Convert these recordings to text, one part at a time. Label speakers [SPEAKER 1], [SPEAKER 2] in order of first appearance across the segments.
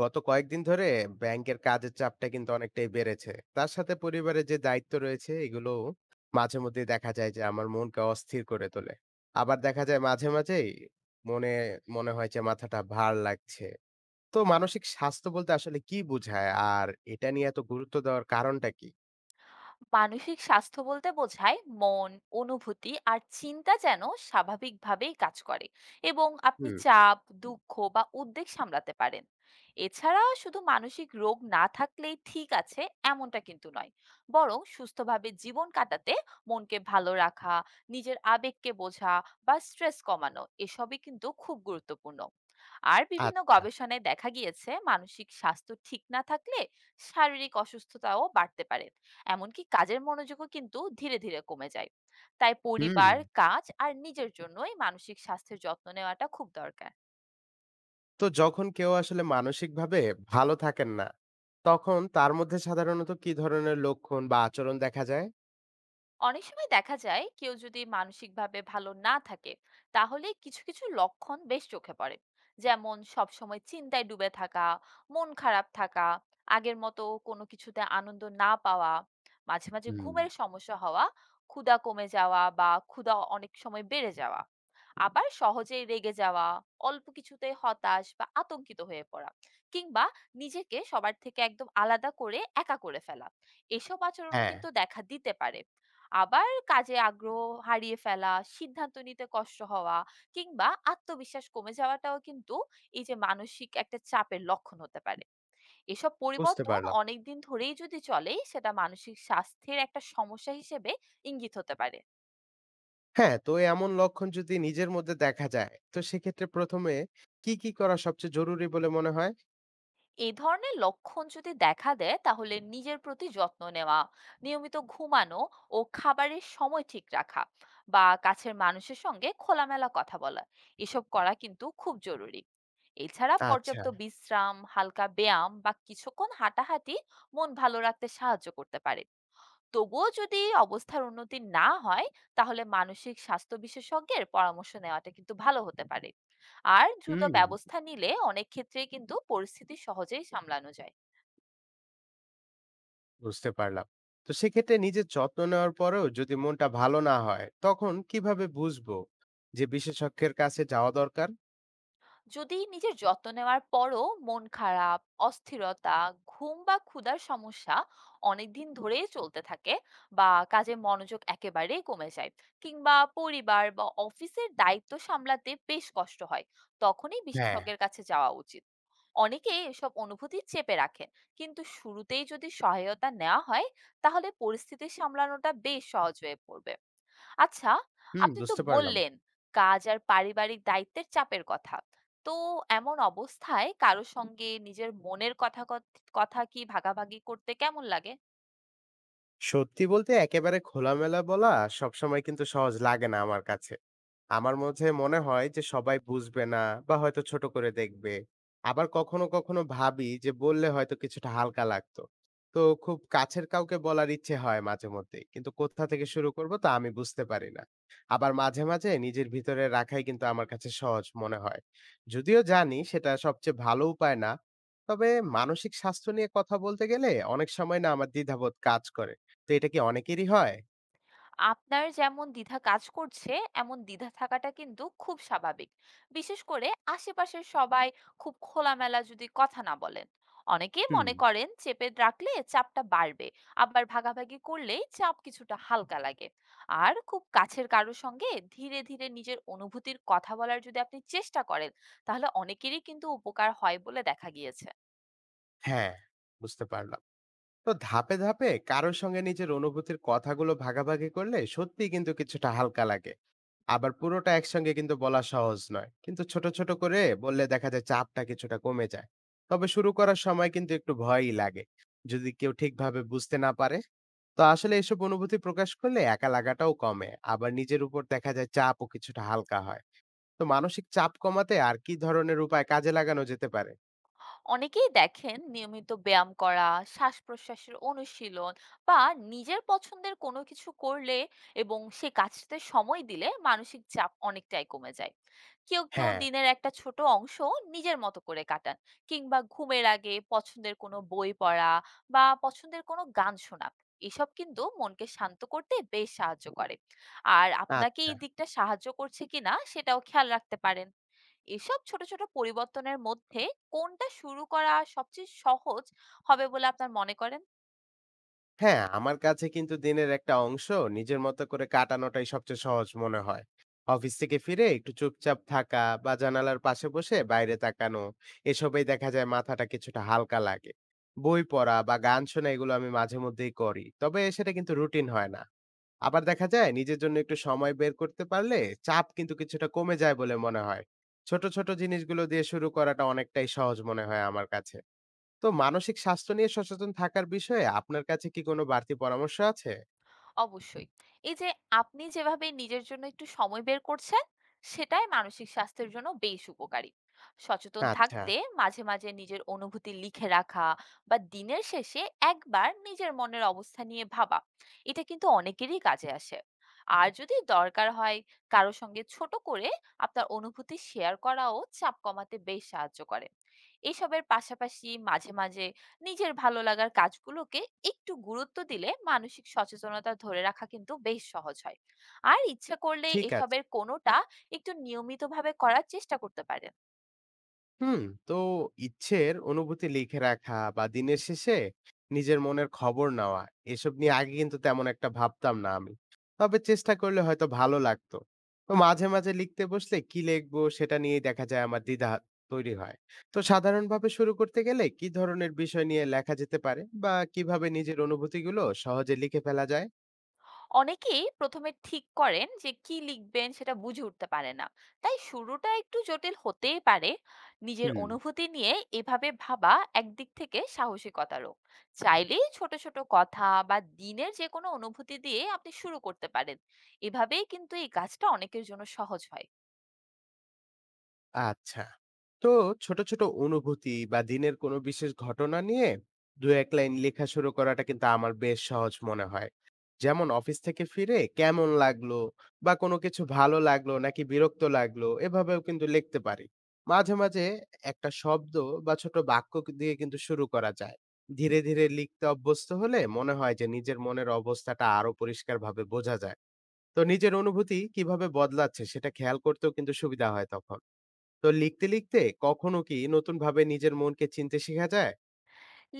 [SPEAKER 1] গত কয়েকদিন ধরে ব্যাংকের কাজের চাপটা কিন্তু অনেকটাই বেড়েছে। তার সাথে পরিবারের যে দায়িত্ব রয়েছে এগুলো মাঝে মধ্যে দেখা যায় যে আমার মনকে অস্থির করে তোলে। আবার দেখা যায় মাঝে মাঝেই মনে মনে হয় যে মাথাটা ভার লাগছে। তো মানসিক স্বাস্থ্য বলতে আসলে কি বোঝায়? আর এটা নিয়ে এত গুরুত্ব দেওয়ার কারণটা কি?
[SPEAKER 2] মানসিক স্বাস্থ্য বলতে বোঝায় মন অনুভূতি আর চিন্তা যেন স্বাভাবিকভাবেই কাজ করে এবং আপনি
[SPEAKER 1] হুম।
[SPEAKER 2] চাপ দুঃখ বা উদ্বেগ সামলাতে পারেন। এছাড়া শুধু মানসিক রোগ না থাকলেই ঠিক আছে এমনটা কিন্তু নয়, বরং সুস্থভাবে জীবন কাটাতে মনকে ভালো রাখা, নিজের আবেগকে বোঝা বা স্ট্রেস কমানো এসবই কিন্তু খুব গুরুত্বপূর্ণ। আর বিভিন্ন
[SPEAKER 1] আচ্ছা।
[SPEAKER 2] গবেষণায় দেখা গিয়েছে মানসিক স্বাস্থ্য ঠিক না থাকলে শারীরিক অসুস্থতাও বাড়তে পারে, এমনকি কাজের মনোযোগও কিন্তু ধীরে ধীরে কমে যায়। তাই
[SPEAKER 1] হুম।
[SPEAKER 2] পরিবার, কাজ আর নিজের জন্যই মানসিক স্বাস্থ্যের যত্ন নেওয়াটা খুব দরকার।
[SPEAKER 1] তো যখন কেউ আসলে মানসিকভাবে ভালো থাকেন না, তখন তার মধ্যে সাধারণত কি ধরনের লক্ষণ বা আচরণ দেখা যায়?
[SPEAKER 2] অনেক সময় দেখা যায় কেউ যদি মানসিকভাবে ভালো না থাকে তাহলে কিছু কিছু লক্ষণ বেশ চোখে পড়ে। যেমন সবসময় চিন্তায় ডুবে থাকা, মন খারাপ থাকা, আগের মতো কোনো কিছুতে আনন্দ না পাওয়া, মাঝে মাঝে
[SPEAKER 1] হুম।
[SPEAKER 2] ঘুমের সমস্যা হওয়া, ক্ষুধা কমে যাওয়া বা ক্ষুধা অনেক সময় বেড়ে যাওয়া, আবার সহজেই রেগে যাওয়া, অল্প কিছুতে হতাশ বা আতঙ্কিত হয়ে পড়া, কিংবা নিজেকে সবার থেকে একদম আলাদা করে একা করে ফেলা, এসব আচরণও
[SPEAKER 1] হ্যাঁ।
[SPEAKER 2] কিন্তু দেখা দিতে পারে। আবার কাজে আগ্রহ হারিয়ে ফেলা, সিদ্ধান্ত নিতে কষ্ট হওয়া কিংবা আত্মবিশ্বাস কমে যাওয়াটাও কিন্তু এই যে মানসিক একটা চাপের লক্ষণ হতে পারে। এসব
[SPEAKER 1] বুঝতে
[SPEAKER 2] পরিবর্তন
[SPEAKER 1] পারলাম।
[SPEAKER 2] অনেকদিন ধরেই যদি চলে সেটা মানসিক স্বাস্থ্যের একটা সমস্যা হিসেবে ইঙ্গিত হতে পারে।
[SPEAKER 1] হ্যাঁ, তো এমন লক্ষণ যদি নিজের মধ্যে দেখা যায়, তো সেক্ষেত্রে ১ম এ কি করা সবচেয়ে জরুরি বলে মনে হয়?
[SPEAKER 2] এই ধরনের লক্ষণ যদি দেখা দেয় তাহলে নিজের প্রতি যত্ন নেওয়া, নিয়মিত ঘুমানো ও খাবারের সময় ঠিক রাখা বা কাছের মানুষের সঙ্গে খোলামেলা কথা বলা, এসব করা কিন্তু খুব জরুরি। এছাড়া
[SPEAKER 1] আচ্ছা।
[SPEAKER 2] পর্যাপ্ত বিশ্রাম, হালকা ব্যায়াম বা কিছুক্ষণ হাঁটাহাঁটি মন ভালো রাখতে সাহায্য করতে পারে। তবুও যদি অবস্থার উন্নতি না হয় তাহলে মানসিক স্বাস্থ্য বিশেষজ্ঞের পরামর্শ নেওয়াটা কিন্তু ভালো হতে পারে। আর দ্রুত
[SPEAKER 1] হুম।
[SPEAKER 2] ব্যবস্থা নিলে অনেক ক্ষেত্রে কিন্তু পরিস্থিতি সহজেই সামলানো যায়।
[SPEAKER 1] বুঝতে পারলাম। তো সেক্ষেত্রে নিজের যত্ন নেওয়ার পরেও যদি মনটা ভালো না হয়, তখন কিভাবে বুঝবো যে বিশেষজ্ঞের কাছে যাওয়া দরকার?
[SPEAKER 2] যদি নিজের যত্ন নেওয়ার পরও মন খারাপ, অস্থিরতা, ঘুম বা ক্ষুধার সমস্যা অনেকদিন ধরেই চলতে থাকে, বা কাজে মনোযোগ একেবারেই কমে যায়, কিংবা পরিবার বা অফিসের দায়িত্ব সামলাতে বেশ কষ্ট হয়, তখনই
[SPEAKER 1] হ্যাঁ।
[SPEAKER 2] বিশেষজ্ঞের কাছে যাওয়া উচিত। অনেকে এসব অনুভূতি চেপে রাখেন, কিন্তু শুরুতেই যদি সহায়তা নেওয়া হয় তাহলে পরিস্থিতি সামলানোটা বেশ সহজ হয়ে পড়বে। আচ্ছা,
[SPEAKER 1] হুম।
[SPEAKER 2] আপনি তো
[SPEAKER 1] বুঝতে পারলাম।
[SPEAKER 2] বললেন কাজ আর পারিবারিক দায়িত্বের চাপের কথা, তো এমন অবস্থায় কারোর সঙ্গে নিজের মনের কথা কি ভাগাভাগি করতে কেমন লাগে?
[SPEAKER 1] সত্যি বলতে একেবারে খোলামেলা বলা সবসময় কিন্তু সহজ লাগে না আমার কাছে। আমার মাঝে মনে হয় যে সবাই বুঝবে না বা হয়তো ছোট করে দেখবে। আবার কখনো, কখনো ভাবি যে বললে হয়তো কিছুটা হালকা লাগতো। তো খুব কাছের কাউকে বলার ইচ্ছে হয় মাঝে মধ্যেই। কিন্তু কোথা থেকে শুরু করবো তা আমি বুঝতে পারি না। আবার মাঝে, মাঝে নিজের ভিতরে রাখাই কিন্তু আমার কাছে সহজ মনে হয়। যদিও জানি সেটা সবচেয়ে ভালো উপায় না। তবে মানসিক স্বাস্থ্য নিয়ে কথা বলতে গেলে অনেক সময় না আমার দ্বিধাবোধ কাজ করে। তো এটা কি অনেকেরই হয়?
[SPEAKER 2] আপনার যেমন দ্বিধা কাজ করছে, এমন দ্বিধা থাকাটা কিন্তু খুব স্বাভাবিক। বিশেষ করে আশেপাশের সবাই খুব খোলামেলা যদি কথা না বলেন, অনেকেই
[SPEAKER 1] হুম।
[SPEAKER 2] মনে করেন চেপে রাখলে চাপটা বাড়বে। আবার ভাগাভাগি করলেই চাপ কিছুটা হালকা লাগে। আর খুব কাছের কারোর সঙ্গে ধীরে ধীরে নিজের অনুভূতির কথা বলার যদি আপনি চেষ্টা করেন তাহলে অনেকেরই কিন্তু উপকার হয় বলে দেখা গিয়েছে।
[SPEAKER 1] হ্যাঁ, বুঝতে পারলাম। তো ধাপে, ধাপে কারো সঙ্গে নিজের অনুভূতির কথাগুলো ভাগাভাগি করলে সত্যিই কিন্তু কিছুটা হালকা লাগে। আবার পুরোটা একসঙ্গে কিন্তু বলা সহজ নয়। কিন্তু ছোট, ছোট করে বললে দেখা যায় চাপটা কিছুটা কমে যায়। তবে শুরু করার সময় কিন্তু একটু ভয়ই লাগে। যদি কেউ ঠিকভাবে বুঝতে না পারে, তো আসলে এসব অনুভূতি প্রকাশ করলে একা লাগাটাও কমে। আবার নিজের উপর দেখা যায় চাপও কিছুটা হালকা হয়। তো মানসিক চাপ কমাতে আর কি ধরনের উপায় কাজে লাগানো যেতে পারে?
[SPEAKER 2] অনেকেই দেখেন নিয়মিত ব্যায়াম করা, শ্বাস প্রশ্বাসের অনুশীলন বা নিজের পছন্দের কোনো কিছু করলে এবং সে কাজটাতে সময় দিলে মানসিক চাপ অনেকটাই কমে যায়। কেউ কেউ
[SPEAKER 1] হ্যাঁ।
[SPEAKER 2] দিনের একটা ছোট অংশ নিজের মতো করে কাটান, কিংবা ঘুমের আগে পছন্দের কোনো বই পড়া বা পছন্দের কোনো গান শোনা এসব কিন্তু মনকে শান্ত করতে বেশ সাহায্য করে। আর আপনাকে
[SPEAKER 1] আচ্ছা।
[SPEAKER 2] এই দিকটা সাহায্য করছে কিনা সেটাও খেয়াল রাখতে পারেন। এসব ছোট, ছোট পরিবর্তনের মধ্যে কোনটা শুরু করা সবচেয়ে সহজ হবে বলে আপনার মনে করেন?
[SPEAKER 1] হ্যাঁ, আমার কাছে কিন্তু দিনের একটা অংশ নিজের মতো করে কাটানোটাই সবচেয়ে সহজ মনে হয়। অফিস থেকে ফিরে একটু চুপচাপ থাকা বা জানালার পাশে বসে বাইরে তাকানো, এসবেই দেখা যায় মাথাটা কিছুটা হালকা লাগে। বই পড়া বা গান শোনা এগুলো আমি মাঝে মধ্যেই করি। তবে সেটা কিন্তু রুটিন হয় না। আবার দেখা যায় নিজের জন্য একটু সময় বের করতে পারলে চাপ কিন্তু কিছুটা কমে যায় বলে মনে হয়। ছোট, ছোট জিনিসগুলো দিয়ে শুরু করাটা অনেকটাই সহজ মনে হয় আমার কাছে। তো মানসিক স্বাস্থ্য নিয়ে সচেতন থাকার বিষয়ে আপনার কাছে কি কোনো বাড়তি পরামর্শ আছে?
[SPEAKER 2] অবশ্যই। এই যে আপনি যেভাবে নিজের জন্য একটু সময় বের করছেন, সেটাই মানসিক স্বাস্থ্যের জন্য বেশ উপকারী। সচেতন
[SPEAKER 1] আচ্ছা,
[SPEAKER 2] থাকতে মাঝে, মাঝে নিজের অনুভূতি লিখে রাখা বা দিনের শেষে একবার নিজের মনের অবস্থা নিয়ে ভাবা, এটা কিন্তু অনেকেরই কাজে আসে। আর যদি দরকার হয় কারো সঙ্গে ছোট করে আপনার অনুভূতি শেয়ার করাও চাপ কমাতে বেশ সাহায্য করে। এসবের পাশাপাশি মাঝে, মাঝে নিজের ভালো লাগার কাজগুলোকে একটু গুরুত্ব দিলে মানসিক সচেতনতা ধরে রাখা কিন্তু বেশ সহজ হয়। আর ইচ্ছা করলে
[SPEAKER 1] ঠিক আছে।
[SPEAKER 2] এসবের কোনোটা একটু নিয়মিতভাবে করার চেষ্টা করতে পারেন।
[SPEAKER 1] হুম, তো ইচ্ছের অনুভূতি লিখে রাখা বা দিনের শেষে নিজের মনের খবর নেওয়া, এসব নিয়ে আগে কিন্তু তেমন একটা ভাবতাম না আমি। তবে চেষ্টা করলে হয়তো ভালো লাগতো। তো মাঝে, মাঝে লিখতে বসলে কি লিখবো সেটা নিয়েই দেখা যায় আমার দ্বিধা তৈরি হয়। তো সাধারণভাবে শুরু করতে গেলে কি ধরনের বিষয় নিয়ে লেখা যেতে পারে বা কিভাবে নিজের অনুভূতিগুলো সহজে লিখে ফেলা যায়?
[SPEAKER 2] অনেকেই প্রথমে ঠিক করেন যে কি লিখবেন সেটা বুঝে উঠতে পারে না, তাই শুরুটা একটু জটিল হতেই পারে। নিজের
[SPEAKER 1] হুম।
[SPEAKER 2] অনুভূতি নিয়ে এভাবে ভাবা একদিক থেকে সাহসিকতারও। চাইলেই ছোট ছোট কথা বা দিনের যে কোনো অনুভূতি দিয়ে আপনি শুরু করতে পারেন, এভাবেই কিন্তু এই কাজটা অনেকের জন্য সহজ হয়।
[SPEAKER 1] আচ্ছা। তো ছোট ছোট অনুভূতি বা দিনের কোনো বিশেষ ঘটনা নিয়ে দু এক লাইন লেখা শুরু করাটা কিন্তু আমার বেশ সহজ মনে হয়। যেমন অফিস থেকে ফিরে কেমন লাগলো বা কোনো কিছু ভালো লাগলো নাকি বিরক্ত লাগলো, এভাবেও কিন্তু লিখতে পারি। মাঝে মাঝে একটা শব্দ বা ছোট বাক্য দিয়ে কিন্তু শুরু করা যায়। ধীরে ধীরে লিখতে অভ্যস্ত হলে মনে হয় যে নিজের মনের অবস্থাটা আরো পরিষ্কারভাবে বোঝা যায়। তো নিজের অনুভূতি কিভাবে বদলাচ্ছে সেটা খেয়াল করতেও কিন্তু সুবিধা হয় তখন। তো লিখতে, লিখতে কখনো কি নতুনভাবে নিজের মনকে চিনতে শিখা যায়?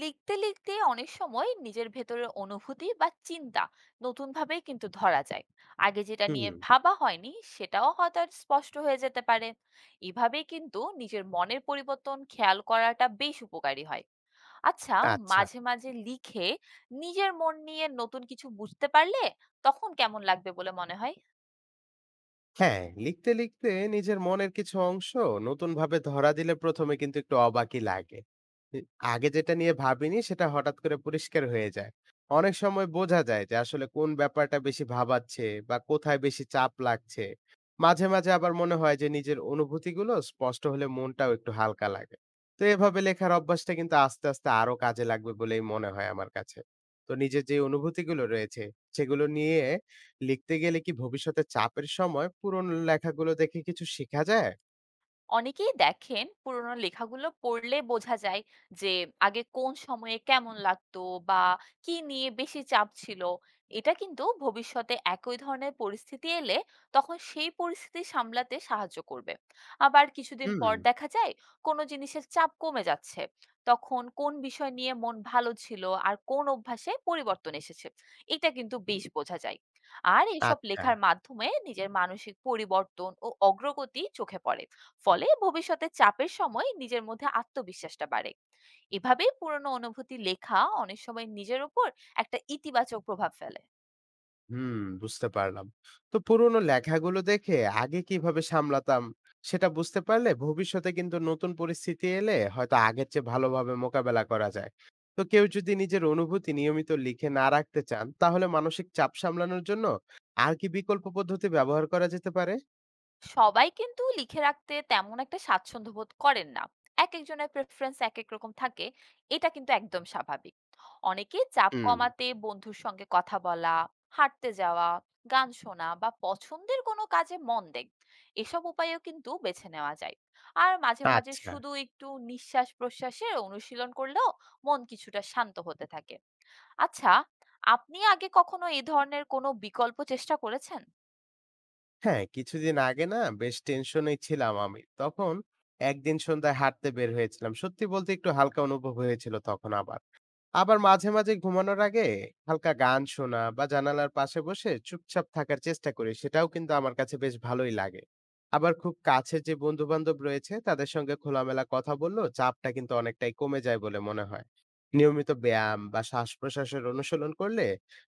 [SPEAKER 2] লিখতে লিখতে অনেক সময় নিজের ভেতরের অনুভূতি বা চিন্তা নতুনভাবে কিন্তু ধরা যায়, আগে যেটা
[SPEAKER 1] হুম।
[SPEAKER 2] নিয়ে ভাবা হয়নি সেটাও হয়তো আর স্পষ্ট হয়ে যেতে পারে। এভাবেই কিন্তু নিজের মনের পরিবর্তন খেয়াল করাটা বেশ উপকারী হয়। আচ্ছা,
[SPEAKER 1] আচ্ছা।
[SPEAKER 2] মাঝে মাঝে লিখে নিজের মন নিয়ে নতুন কিছু বুঝতে পারলে তখন কেমন লাগবে বলে মনে হয়?
[SPEAKER 1] হ্যাঁ, লিখতে, লিখতে নিজের মনের কিছু অংশ নতুনভাবে ধরা দিলে ১ম এ কিন্তু একটু অবাকই লাগে। ই আগে যেটা নিয়ে ভাবিনি সেটা হঠাৎ করে পরিষ্কার হয়ে যায়। অনেক সময় বোঝা যায় যে আসলে কোন ব্যাপারটা বেশি ভাবাচ্ছে বা কোথায় বেশি চাপ লাগছে। মাঝে, মাঝে আবার মনে হয় যে নিজের অনুভূতিগুলো স্পষ্ট হলে মনটাও একটু হালকা লাগে। তো এভাবে লেখার অভ্যাসটা কিন্তু আস্তে, আস্তে আরো কাজে লাগবে বলেই মনে হয় আমার কাছে। তো নিজের যে অনুভূতিগুলো রয়েছে সেগুলো নিয়ে লিখতে গেলে কি ভবিষ্যতে চাপের সময় পুরনো লেখাগুলো দেখে কিছু শেখা যায়?
[SPEAKER 2] অনেকেই দেখেন পুরোনো লেখাগুলো পড়লে বোঝা যায় যে আগে কোন সময়ে কেমন লাগতো বা কি নিয়ে বেশি চাপ ছিল। এটা কিন্তু ভবিষ্যতে একই ধরনের পরিস্থিতি এলে তখন সেই পরিস্থিতি সামলাতে সাহায্য করবে। আবার কিছুদিন
[SPEAKER 1] হুম।
[SPEAKER 2] পর দেখা যায় কোনো জিনিসের চাপ কমে যাচ্ছে, তখন কোন বিষয় নিয়ে মন ভালো ছিল আর কোন অভ্যাসে পরিবর্তন এসেছে এটা কিন্তু বেশ বোঝা যায়। আর এইসব
[SPEAKER 1] আচ্ছা।
[SPEAKER 2] লেখার মাধ্যমে নিজের মানসিক পরিবর্তন ও অগ্রগতি চোখে পড়ে। ফলে ভবিষ্যতে চাপের সময় নিজের মধ্যে আত্মবিশ্বাসটা বাড়ে। এভাবেই পুরনো অনুভূতি লেখা অনেক সময় নিজের উপর একটা ইতিবাচক প্রভাব ফেলে।
[SPEAKER 1] হুম। বুঝতে পারলাম। তো পুরনো লেখাগুলো দেখে আগে কিভাবে সামলাতাম সেটা বুঝতে পারলে ভবিষ্যতে কিন্তু নতুন পরিস্থিতি এলে হয়তো আগের চেয়ে ভালোভাবে মোকাবেলা করা যায়। তো কেউ যদি নিজের অনুভূতি নিয়মিত লিখে না রাখতে চান তাহলে মানসিক চাপ সামলানোর জন্য আর কি বিকল্প পদ্ধতি ব্যবহার করা যেতে পারে?
[SPEAKER 2] সবাই কিন্তু লিখে রাখতে তেমন একটা স্বাচ্ছন্দ্য বোধ করেন না, এক একজনের প্রেফারেন্স এক এক রকম থাকে, এটা কিন্তু একদম স্বাভাবিক। অনেকে চাপ
[SPEAKER 1] হুম।
[SPEAKER 2] কমাতে বন্ধুর সঙ্গে কথা বলা, হাঁটতে যাওয়া, গান শোনা বা পছন্দের কোনো কাজে মন দেন, এসব উপায়ও কিন্তু বেছে নেওয়া যায়। আর মাঝে মাঝে
[SPEAKER 1] আচ্ছা।
[SPEAKER 2] শুধু একটু নিঃশ্বাস প্রশ্বাসের অনুশীলন করলেও মন কিছুটা শান্ত হতে থাকে। আচ্ছা, আপনি আগে কখনো এই ধরনের কোনো বিকল্প চেষ্টা করেছেন?
[SPEAKER 1] হ্যাঁ, কিছুদিন আগে না বেশ টেনশনে ছিলাম আমি। তখন একদিন সন্ধ্যায় হাঁটতে বের হয়েছিলাম। সত্যি বলতে একটু হালকা অনুভব হয়েছিল তখন। আবার আবার মাঝে, মাঝে ঘুমানোর আগে হালকা গান শোনা বা জানালার পাশে বসে চুপচাপ থাকার চেষ্টা করি। সেটাও কিন্তু আমার কাছে বেশ ভালোই লাগে। আবার খুব কাছের যে বন্ধু-বান্ধব রয়েছে তাদের সঙ্গে খোলামেলা কথা বললেও চাপটা কিন্তু অনেকটাই কমে যায় বলে মনে হয়। নিয়মিত ব্যায়াম বা শ্বাস-প্রশ্বাসের অনুশীলন করলে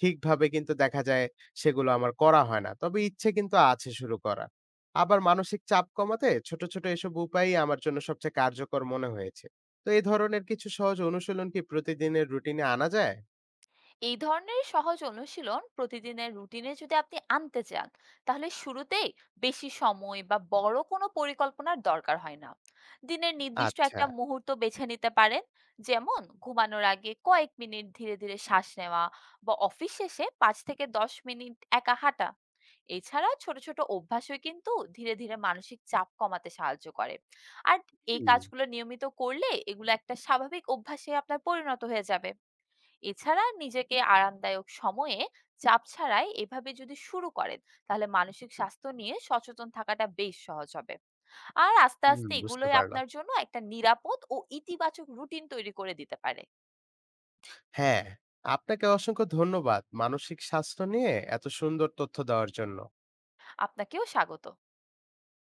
[SPEAKER 1] ঠিকভাবে কিন্তু দেখা যায় সেগুলো আমার করা হয় না। তবে ইচ্ছে কিন্তু আছে শুরু করা। আবার মানসিক চাপ কমাতে ছোট, ছোট এসব উপায়ই আমার জন্য সবচেয়ে কার্যকর মনে হয়েছে। তো এই ধরনের কিছু সহজ অনুশীলন কি প্রতিদিনের রুটিনে আনা যায়?
[SPEAKER 2] এই ধরনের সহজ অনুশীলন প্রতিদিনের রুটিনে যদি আপনি আনতে চান তাহলে শুরুতেই বেশি সময় বা বড় কোনো পরিকল্পনার দরকার হয় না। দিনের নির্দিষ্ট
[SPEAKER 1] আচ্ছা।
[SPEAKER 2] একটা মুহূর্ত বেছে নিতে পারেন, যেমন ঘুমানোর আগে কয়েক মিনিট ধীরে ধীরে শ্বাস নেওয়া বা অফিস শেষে 5 থেকে 10 মিনিট একা হাঁটা। এছাড়া ছোট ছোট অভ্যাসও কিন্তু ধীরে ধীরে মানসিক চাপ কমাতে সাহায্য করে। আর এই
[SPEAKER 1] হুম,
[SPEAKER 2] কাজগুলো নিয়মিত করলে এগুলো একটা স্বাভাবিক অভ্যাসে আপনার পরিণত হয়ে যাবে। এছাড়া নিজেকে আরামদায়ক সময়ে চাপ ছাড়াই এভাবে যদি শুরু করেন তাহলে মানসিক স্বাস্থ্য নিয়ে সচেতন থাকাটা বেশ সহজ হবে। আর আস্তে
[SPEAKER 1] হুম,
[SPEAKER 2] আস্তে
[SPEAKER 1] বুঝতে
[SPEAKER 2] এগুলোই
[SPEAKER 1] পারলাম।
[SPEAKER 2] আপনার জন্য একটা নিরাপদ ও ইতিবাচক রুটিন তৈরি করে দিতে পারে।
[SPEAKER 1] হ্যাঁ, আপনাকে অসংখ্য ধন্যবাদ মানসিক স্বাস্থ্য নিয়ে এত সুন্দর তথ্য দেওয়ার জন্য।
[SPEAKER 2] আপনাকেও স্বাগত।